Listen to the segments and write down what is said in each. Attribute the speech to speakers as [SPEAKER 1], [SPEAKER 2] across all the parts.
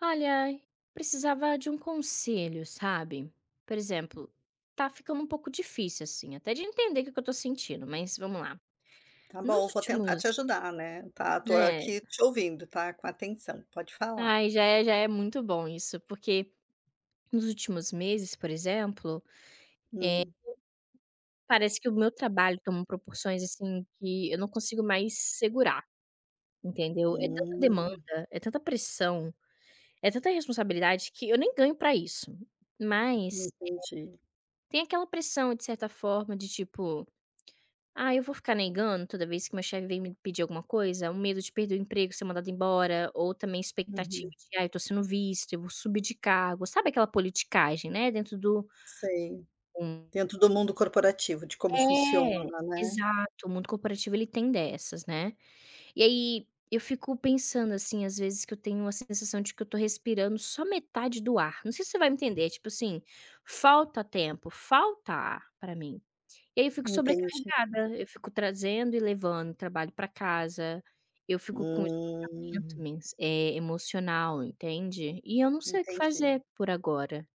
[SPEAKER 1] Olha, precisava de um conselho, sabe? Por exemplo, tá ficando um pouco difícil, assim, até de entender o que que eu tô sentindo, mas vamos lá.
[SPEAKER 2] Tá
[SPEAKER 1] Nos
[SPEAKER 2] bom, vou tentar
[SPEAKER 1] últimos,
[SPEAKER 2] te ajudar, né, tá, tô
[SPEAKER 1] né?
[SPEAKER 2] aqui te ouvindo, tá, com atenção, pode falar.
[SPEAKER 1] Ai, já é muito bom isso, porque nos últimos meses, por exemplo,
[SPEAKER 2] Hum,
[SPEAKER 1] parece que o meu trabalho toma proporções, assim, que eu não consigo mais segurar, entendeu? É tanta demanda,
[SPEAKER 2] hum,
[SPEAKER 1] é tanta pressão, é tanta responsabilidade que eu nem ganho pra isso. Mas
[SPEAKER 2] entendi.
[SPEAKER 1] tem aquela pressão, de certa forma, de tipo. Ah, eu vou ficar negando toda vez que meu chefe vem me pedir alguma coisa? O medo de perder o emprego, ser mandado embora, ou também expectativa
[SPEAKER 2] Uhum,
[SPEAKER 1] de: ah, eu tô sendo visto, eu vou subir de cargo. Sabe aquela politicagem, né, dentro do.
[SPEAKER 2] sei.
[SPEAKER 1] um
[SPEAKER 2] Dentro do mundo corporativo, de como
[SPEAKER 1] é,
[SPEAKER 2] funciona, né,
[SPEAKER 1] Exato, o mundo corporativo ele tem dessas, né. E aí, eu fico pensando, assim, às vezes que eu tenho a sensação de que eu tô respirando só metade do ar. Não sei se você vai me entender, é tipo assim, falta tempo, falta ar pra mim. E aí eu fico
[SPEAKER 2] entendi.
[SPEAKER 1] sobrecarregada, eu fico trazendo e levando trabalho para casa, eu fico com esgotamento
[SPEAKER 2] Hum,
[SPEAKER 1] emocional, entende. E eu não sei o que
[SPEAKER 2] entendi.
[SPEAKER 1] fazer por agora.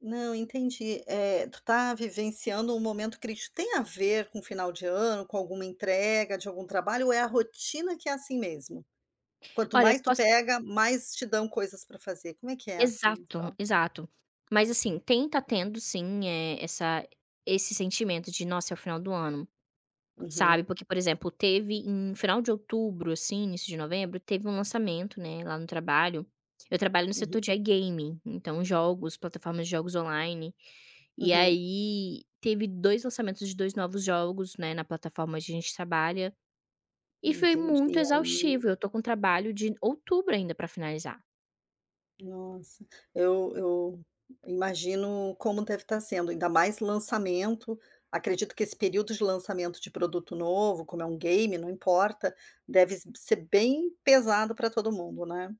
[SPEAKER 2] Não, entendi. Eh, tu tá vivenciando um momento crítico. Tem a ver com final de ano, com alguma entrega de algum trabalho ou é a rotina que é assim mesmo? Quanto
[SPEAKER 1] Olha,
[SPEAKER 2] mais tu
[SPEAKER 1] posso
[SPEAKER 2] pega, mais te dão coisas para fazer. Como é que é assim?
[SPEAKER 1] exato, exato. Mas assim, tem tá tendo sim, essa esse sentimento de: "Nossa, é o final do ano", sabe.
[SPEAKER 2] Uhum,
[SPEAKER 1] Porque, por exemplo, teve em final de outubro, assim, início de novembro, teve um lançamento, né, lá no trabalho. Eu trabalho no
[SPEAKER 2] uhum,
[SPEAKER 1] setor de iGaming, então jogos, plataformas de jogos online. E
[SPEAKER 2] uhum,
[SPEAKER 1] aí, teve 2 lançamentos de 2 novos jogos, né, na plataforma onde a gente trabalha, e foi muito
[SPEAKER 2] entendi, aí.
[SPEAKER 1] exaustivo, eu tô com trabalho de outubro ainda pra finalizar.
[SPEAKER 2] Nossa, eu imagino como deve estar sendo, ainda mais lançamento. Acredito que esse período de lançamento de produto novo, como é um game, não importa, deve s ser bem pesado para todo mundo, né.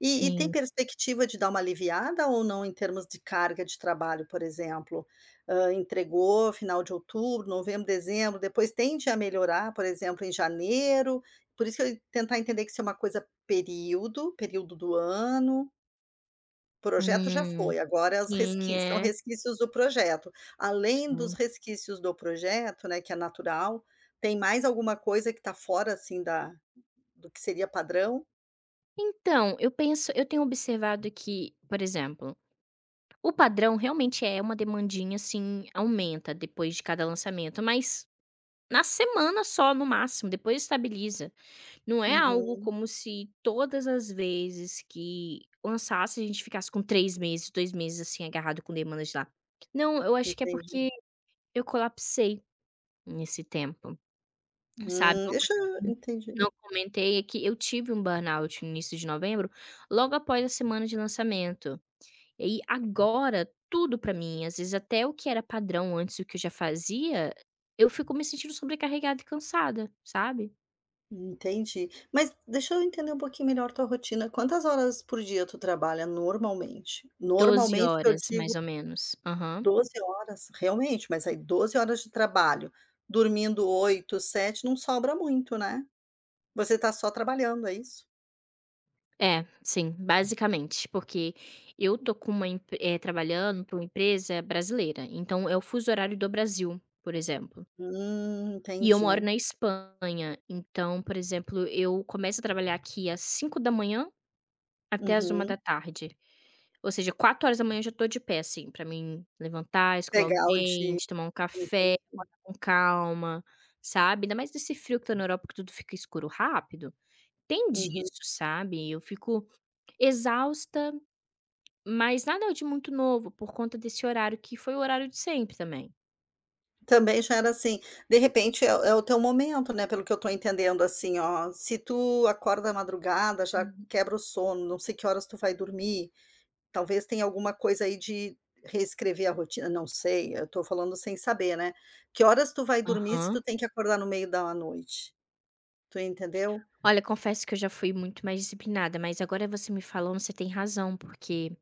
[SPEAKER 2] E tem
[SPEAKER 1] Sim.
[SPEAKER 2] perspectiva de dar uma aliviada ou não em termos de carga de trabalho, por exemplo? Hã, entregou final de outubro, novembro, dezembro, depois tende a melhorar, por exemplo, em janeiro? Por isso que eu ia tentar entender que se é uma coisa período, período do ano. Projeto já
[SPEAKER 1] Hum,
[SPEAKER 2] foi, agora as
[SPEAKER 1] sim,
[SPEAKER 2] resqui são
[SPEAKER 1] é.
[SPEAKER 2] resquícios do projeto. Além dos
[SPEAKER 1] Sim.
[SPEAKER 2] resquícios do projeto, né, que é natural, tem mais alguma coisa que está fora, assim, da do que seria padrão?
[SPEAKER 1] Então, eu tenho observado que, por exemplo, o padrão realmente é uma demandinha, assim, aumenta depois de cada lançamento, mas na semana só, no máximo, depois estabiliza. Não é algo
[SPEAKER 2] Uhum,
[SPEAKER 1] como se todas as vezes que lançasse, a gente ficasse com 3 meses, 2 meses, assim, agarrado com demandas de lá. Não, eu acho que é
[SPEAKER 2] entendi.
[SPEAKER 1] porque eu colapsei nesse tempo, sabe.
[SPEAKER 2] Hum,
[SPEAKER 1] Uma coisa
[SPEAKER 2] deixa
[SPEAKER 1] que eu
[SPEAKER 2] eu
[SPEAKER 1] também
[SPEAKER 2] entendi,
[SPEAKER 1] não comentei é que eu tive um burnout no início de novembro, logo após a semana de lançamento. E agora tudo pra mim, às vezes até o que era padrão antes, o que eu já fazia, eu fico me sentindo sobrecarregada e cansada, sabe.
[SPEAKER 2] entendi. Mas deixa eu entender um pouquinho melhor tua rotina, quantas horas por dia tu trabalha normalmente?
[SPEAKER 1] 12
[SPEAKER 2] Normalmente eu
[SPEAKER 1] horas mais
[SPEAKER 2] digo
[SPEAKER 1] ou menos. Aham.
[SPEAKER 2] 12 horas, realmente, mas aí 12 horas de trabalho, dormindo 8, 7, não sobra muito, né? Você tá só trabalhando, é isso?
[SPEAKER 1] É, sim, basicamente, porque eu tô com trabalhando para uma empresa brasileira, então é o fuso horário do Brasil, por exemplo. E eu moro na
[SPEAKER 2] Entendi.
[SPEAKER 1] Espanha, então, por exemplo, eu começo a trabalhar aqui às 5 da manhã até às uma
[SPEAKER 2] Uhum.
[SPEAKER 1] da tarde, Ou seja, 4h eu já tô de pé, assim, pra mim levantar, escovar o
[SPEAKER 2] Pegar o dia,
[SPEAKER 1] dente, tomar um café,
[SPEAKER 2] entendi.
[SPEAKER 1] acordar com calma, sabe. Ainda mais nesse frio que tá na Europa que tudo fica escuro rápido. Tem
[SPEAKER 2] Uhum.
[SPEAKER 1] disso, sabe. Eu fico exausta. Mas nada de muito novo, por conta desse horário que foi o horário de sempre também.
[SPEAKER 2] Também já era assim, de repente é o teu momento, né, pelo que eu tô entendendo, assim, ó, se tu acorda à madrugada, já
[SPEAKER 1] Uhum.
[SPEAKER 2] quebra o sono, não sei que horas tu vai dormir, talvez tenha alguma coisa aí de reescrever a rotina, não sei, eu tô falando sem saber, né. Que horas tu vai dormir se
[SPEAKER 1] Aham.
[SPEAKER 2] tu tem que acordar no meio da noite? Tu entendeu?
[SPEAKER 1] Olha, confesso que eu já fui muito mais disciplinada, mas agora você me falando, você tem razão, porque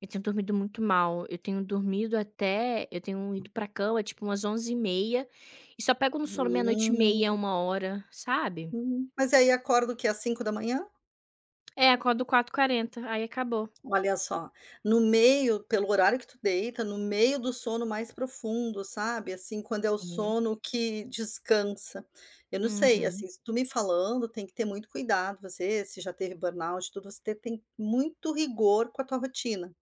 [SPEAKER 1] eu tenho dormido muito mal. Eu tenho dormido até eu tenho ido pra cama, tipo, umas 23:30 e só pego no sono 00:30,
[SPEAKER 2] Hum,
[SPEAKER 1] 1 hora, sabe.
[SPEAKER 2] Mas aí acorda que quê? 5 da manhã.
[SPEAKER 1] É, acordo quatro h 40 aí acabou.
[SPEAKER 2] Olha só, no meio pelo horário que tu deita, no meio do sono mais profundo, sabe, assim, quando é o
[SPEAKER 1] Sim.
[SPEAKER 2] sono que descansa. Eu não sei,
[SPEAKER 1] Uhum.
[SPEAKER 2] assim, se tu me falando, tem que ter muito cuidado, você se já teve burnout e tudo, você tem muito rigor com a tua rotina.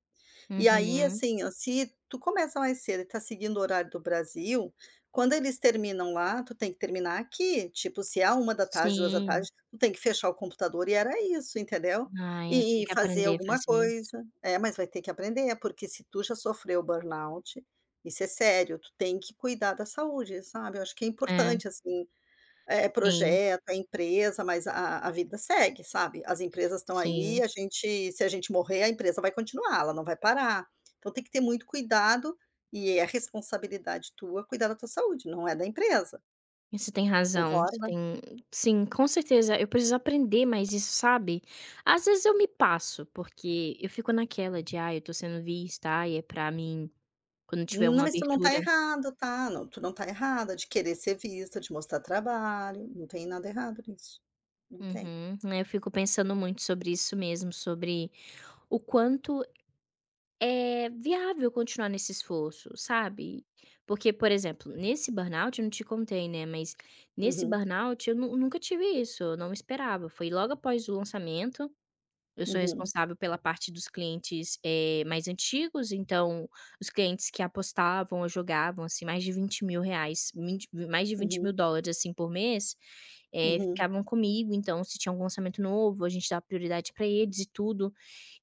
[SPEAKER 2] E aí,
[SPEAKER 1] Uhum.
[SPEAKER 2] assim, ó, se tu começa mais cedo e tá seguindo o horário do Brasil, quando eles terminam lá, tu tem que terminar aqui. Tipo, se é 1 da tarde duas da
[SPEAKER 1] Sim.
[SPEAKER 2] tarde tu tem que fechar o computador e era isso, entendeu?
[SPEAKER 1] Ai, eu tenho
[SPEAKER 2] E
[SPEAKER 1] que
[SPEAKER 2] fazer
[SPEAKER 1] aprender a
[SPEAKER 2] alguma
[SPEAKER 1] fazer isso.
[SPEAKER 2] coisa. É, mas vai ter que aprender, porque se tu já sofreu burnout, isso é sério, tu tem que cuidar da saúde, sabe? Eu acho que é
[SPEAKER 1] É,
[SPEAKER 2] importante, assim é
[SPEAKER 1] sim,
[SPEAKER 2] projeto, é empresa, mas a vida segue, sabe. As empresas estão
[SPEAKER 1] sim.
[SPEAKER 2] aí, a gente se a gente morrer, a empresa vai continuar, ela não vai parar. Então tem que ter muito cuidado, e é responsabilidade tua cuidar da tua saúde, não é da empresa,
[SPEAKER 1] Você tem razão, você
[SPEAKER 2] concorda?
[SPEAKER 1] tem sim, com certeza, eu preciso aprender mais isso, sabe. Às vezes eu me passo, porque eu fico naquela de: ah, eu tô sendo vista, ai, é pra mim quando tiver
[SPEAKER 2] Não,
[SPEAKER 1] uma
[SPEAKER 2] mas tu não está
[SPEAKER 1] abertura.
[SPEAKER 2] errado, tá. Não, tu não está errada de querer ser vista, de mostrar trabalho, não tem nada errado nisso, não tem.
[SPEAKER 1] Uhum. Né, eu fico pensando muito sobre isso mesmo, sobre o quanto é viável continuar nesse esforço, sabe. Porque, por exemplo, nesse burnout, eu não te contei, né, mas nesse
[SPEAKER 2] Uhum,
[SPEAKER 1] burnout eu nu nunca tive isso, eu não esperava, foi logo após o lançamento. Eu sou
[SPEAKER 2] uhum,
[SPEAKER 1] responsável pela parte dos clientes, mais antigos, então os clientes que apostavam ou jogavam, assim, mais de R$ 20.000, vinte mais de vinte mil
[SPEAKER 2] uhum,
[SPEAKER 1] dólares assim, por mês,
[SPEAKER 2] uhum,
[SPEAKER 1] ficavam comigo, então se tinha algum lançamento novo, a gente dava prioridade para eles e tudo.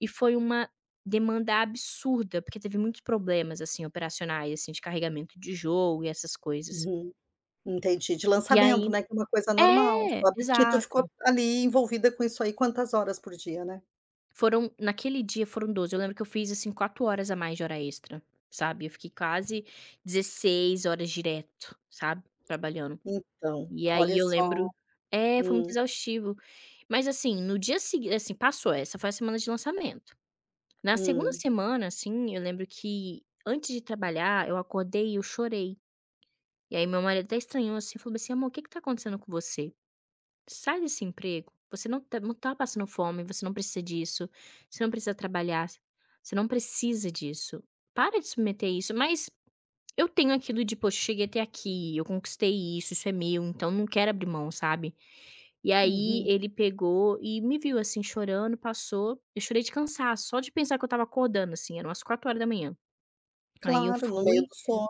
[SPEAKER 1] E foi uma demanda absurda, porque teve muitos problemas, assim, operacionais, assim, de carregamento de jogo e essas coisas.
[SPEAKER 2] uhum. Entendi, de
[SPEAKER 1] E
[SPEAKER 2] lançamento,
[SPEAKER 1] aí
[SPEAKER 2] né, que é uma coisa normal,
[SPEAKER 1] é,
[SPEAKER 2] só que tu ficou
[SPEAKER 1] exato.
[SPEAKER 2] ali envolvida com isso aí quantas horas por dia, né?
[SPEAKER 1] Foram Naquele dia foram doze, eu lembro que eu fiz, assim, 4 horas a mais de hora extra, sabe, eu fiquei quase 16 horas direto, sabe, trabalhando.
[SPEAKER 2] Então,
[SPEAKER 1] E aí
[SPEAKER 2] olha
[SPEAKER 1] eu
[SPEAKER 2] só.
[SPEAKER 1] lembro é, foi muito
[SPEAKER 2] Hum,
[SPEAKER 1] exaustivo. Mas, assim, no dia seguinte assim, passou, essa foi a semana de lançamento. Na segunda
[SPEAKER 2] hum,
[SPEAKER 1] semana, assim, eu lembro que antes de trabalhar eu acordei e eu chorei. E aí meu marido até estranhou, assim, falou assim: "Amor, o que que tá acontecendo com você? Sai desse emprego, você não tá passando fome, você não precisa disso, você não precisa trabalhar, você não precisa disso. Para de submeter isso". Mas eu tenho aquilo de: "Poxa, cheguei até aqui, eu conquistei isso, isso é meu, então não quero abrir mão", sabe. E aí
[SPEAKER 2] uhum.
[SPEAKER 1] ele pegou e me viu, assim, chorando, passou, eu chorei de cansaço, só de pensar que eu estava acordando, assim, eram umas 4 horas da manhã. Aí
[SPEAKER 2] Claro, no meio do sono.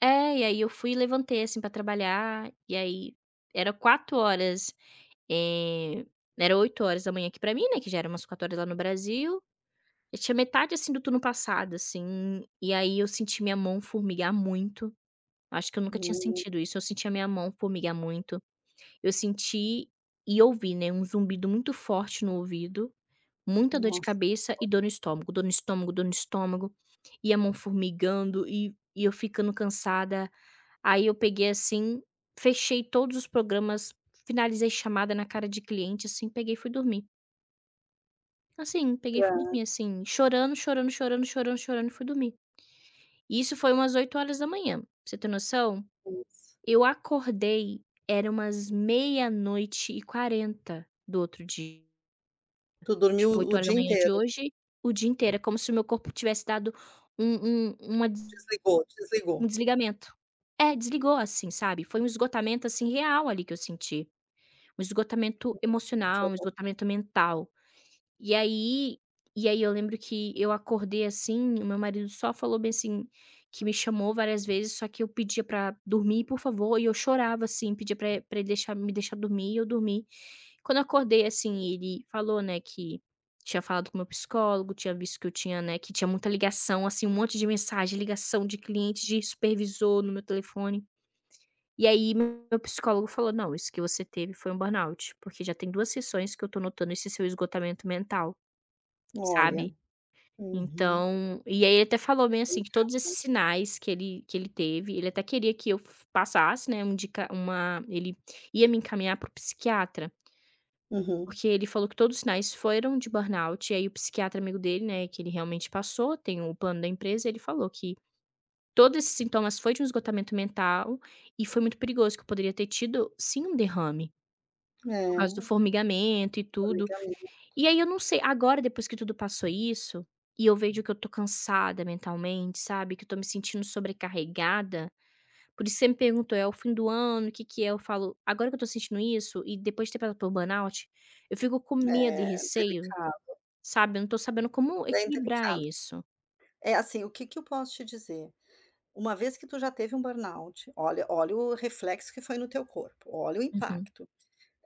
[SPEAKER 1] e aí eu fui e levantei, assim, pra trabalhar, e aí era 4 horas. Eh, era 8 horas da manhã aqui pra mim, né, que já era umas 16 horas lá no Brasil. Eu tinha metade, assim, do turno passado, assim, e aí eu senti minha mão formigar muito. Acho que eu nunca tinha
[SPEAKER 2] Hum,
[SPEAKER 1] sentido isso, eu senti a minha mão formigar muito. Eu senti e ouvi, né, um zumbido muito forte no ouvido, muita dor de
[SPEAKER 2] nossa,
[SPEAKER 1] cabeça e dor no estômago, dor no estômago, dor no estômago, e a mão formigando e eu ficando cansada. Aí eu peguei assim, fechei todos os programas, finalizei chamada na cara de cliente, assim, peguei e fui dormir. Assim, peguei e fui
[SPEAKER 2] pra
[SPEAKER 1] dormir, assim, chorando, chorando, chorando, chorando, chorando e fui dormir. E isso foi umas 20h. Pra você ter noção,
[SPEAKER 2] isso.
[SPEAKER 1] eu acordei, era umas meia noite e quarenta do outro dia.
[SPEAKER 2] Tu dormiu
[SPEAKER 1] Tipo, oito
[SPEAKER 2] o
[SPEAKER 1] horas da
[SPEAKER 2] dia
[SPEAKER 1] manhã de
[SPEAKER 2] inteiro,
[SPEAKER 1] hoje, o dia inteiro. É como se o meu corpo tivesse dado um um uma des
[SPEAKER 2] desligou,
[SPEAKER 1] um
[SPEAKER 2] desligou.
[SPEAKER 1] desligamento. É, desligou assim, sabe. Foi um esgotamento, assim, real ali que eu senti. Um esgotamento
[SPEAKER 2] Que
[SPEAKER 1] emocional, um
[SPEAKER 2] horror.
[SPEAKER 1] esgotamento mental. E aí e aí eu lembro que eu acordei assim, o meu marido só falou bem assim, que me chamou várias vezes, só que eu pedia pra dormir, por favor, e eu chorava assim, pedia pra ele deixar me deixar dormir, e eu dormi. Quando eu acordei assim, ele falou, né, que tinha falado com o meu psicólogo, tinha visto que eu tinha, né, que tinha muita ligação, assim, um monte de mensagem, ligação de cliente, de supervisor no meu telefone. E aí meu psicólogo falou: "Não, isso que você teve foi um burnout, porque já tem 2 sessões que eu tô notando esse seu esgotamento mental",
[SPEAKER 2] Olha,
[SPEAKER 1] sabe.
[SPEAKER 2] uhum,
[SPEAKER 1] Então e aí ele até falou bem assim
[SPEAKER 2] delicado,
[SPEAKER 1] que todos esses
[SPEAKER 2] né?
[SPEAKER 1] sinais que ele teve, ele até queria que eu f passasse, né, um indica uma ele ia me encaminhar para o psiquiatra,
[SPEAKER 2] Uhum.
[SPEAKER 1] porque ele falou que todos os sinais foram de burnout, e aí o psiquiatra amigo dele, né, que ele realmente passou, tem o plano da empresa, ele falou que todos esses sintomas foi de um esgotamento mental e foi muito perigoso, que eu poderia ter tido, sim, um derrame. Por causa do
[SPEAKER 2] É,
[SPEAKER 1] formigamento e tudo.
[SPEAKER 2] poligamia,
[SPEAKER 1] E aí eu não sei, agora depois que tudo passou isso, e eu vejo que eu tô cansada mentalmente, sabe, que eu tô me sentindo sobrecarregada, por isso você me perguntou: "É o fim do ano, o que que é?" Eu falo: "Agora que eu tô sentindo isso e depois de ter passado pelo burnout, eu fico com medo e
[SPEAKER 2] é
[SPEAKER 1] receio,
[SPEAKER 2] delicado,
[SPEAKER 1] sabe, eu não tô sabendo como
[SPEAKER 2] bem
[SPEAKER 1] equilibrar
[SPEAKER 2] delicado.
[SPEAKER 1] isso".
[SPEAKER 2] É assim, o que que eu posso te dizer? Uma vez que tu já teve um burnout, olha olha o reflexo que foi no teu corpo, olha o
[SPEAKER 1] Uhum.
[SPEAKER 2] impacto.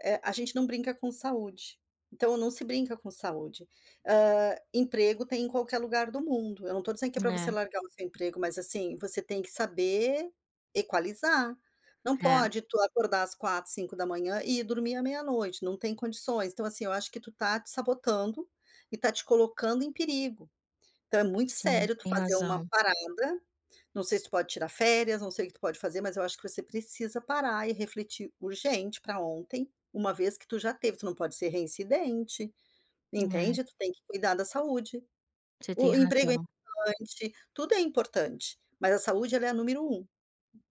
[SPEAKER 2] Eh, a gente não brinca com saúde, então não se brinca com saúde. Hã, emprego tem em qualquer lugar do mundo, eu não estou dizendo que é para você
[SPEAKER 1] É,
[SPEAKER 2] largar o seu emprego, mas assim, você tem que saber equalizar. Não
[SPEAKER 1] é.
[SPEAKER 2] pode tu acordar às 4, 5 da manhã e ir dormir à meia-noite, não tem condições. Então assim, eu acho que tu tá te sabotando e tá te colocando em perigo. Então é muito
[SPEAKER 1] Sim, você
[SPEAKER 2] sério tu
[SPEAKER 1] tem
[SPEAKER 2] fazer uma
[SPEAKER 1] razão.
[SPEAKER 2] parada não sei se tu pode tirar férias, não sei o que tu pode fazer, mas eu acho que você precisa parar e refletir urgente para ontem, uma vez que tu já teve, tu não pode ser reincidente,
[SPEAKER 1] É,
[SPEAKER 2] entende? Tu tem que cuidar da saúde.
[SPEAKER 1] você tem
[SPEAKER 2] O emprego é
[SPEAKER 1] razão.
[SPEAKER 2] importante, tudo é importante, mas a saúde ela é a número um.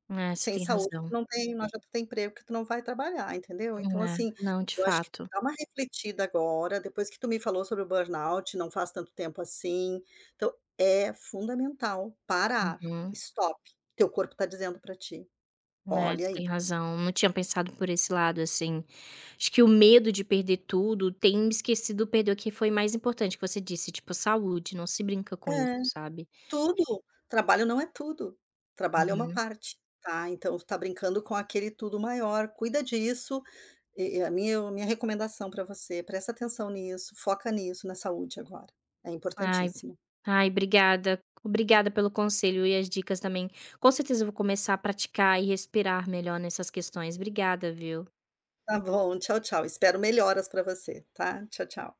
[SPEAKER 1] É, você
[SPEAKER 2] Sem
[SPEAKER 1] tem
[SPEAKER 2] saúde
[SPEAKER 1] razão.
[SPEAKER 2] tu não adianta ter emprego que tu não vai trabalhar, entendeu. Então
[SPEAKER 1] É,
[SPEAKER 2] assim,
[SPEAKER 1] não, de
[SPEAKER 2] eu acho que
[SPEAKER 1] fato.
[SPEAKER 2] dá uma refletida agora, depois que tu me falou sobre o burnout, não faz tanto tempo assim, então é fundamental parar,
[SPEAKER 1] Uhum.
[SPEAKER 2] stop, teu corpo está dizendo para ti:
[SPEAKER 1] É,
[SPEAKER 2] "Olha
[SPEAKER 1] você
[SPEAKER 2] aí".
[SPEAKER 1] tem razão, não tinha pensado por esse lado, assim. Acho que o medo de perder tudo tem me esquecido perder o que foi mais importante, que você disse, tipo, saúde, não se brinca com isso,
[SPEAKER 2] É,
[SPEAKER 1] sabe.
[SPEAKER 2] tudo, trabalho não é tudo, trabalho é uma
[SPEAKER 1] Uhum.
[SPEAKER 2] parte, tá, então tu tá brincando com aquele tudo maior, cuida disso, e a minha recomendação para você, presta atenção nisso, foca nisso, na saúde agora, é
[SPEAKER 1] Ai
[SPEAKER 2] importantíssimo.
[SPEAKER 1] ai, obrigada. Obrigada pelo conselho e as dicas também. Com certeza eu vou começar a praticar e respirar melhor nessas questões. Obrigada, viu.
[SPEAKER 2] Tá bom, tchau, tchau. Espero melhoras para você, tá? Tchau, tchau.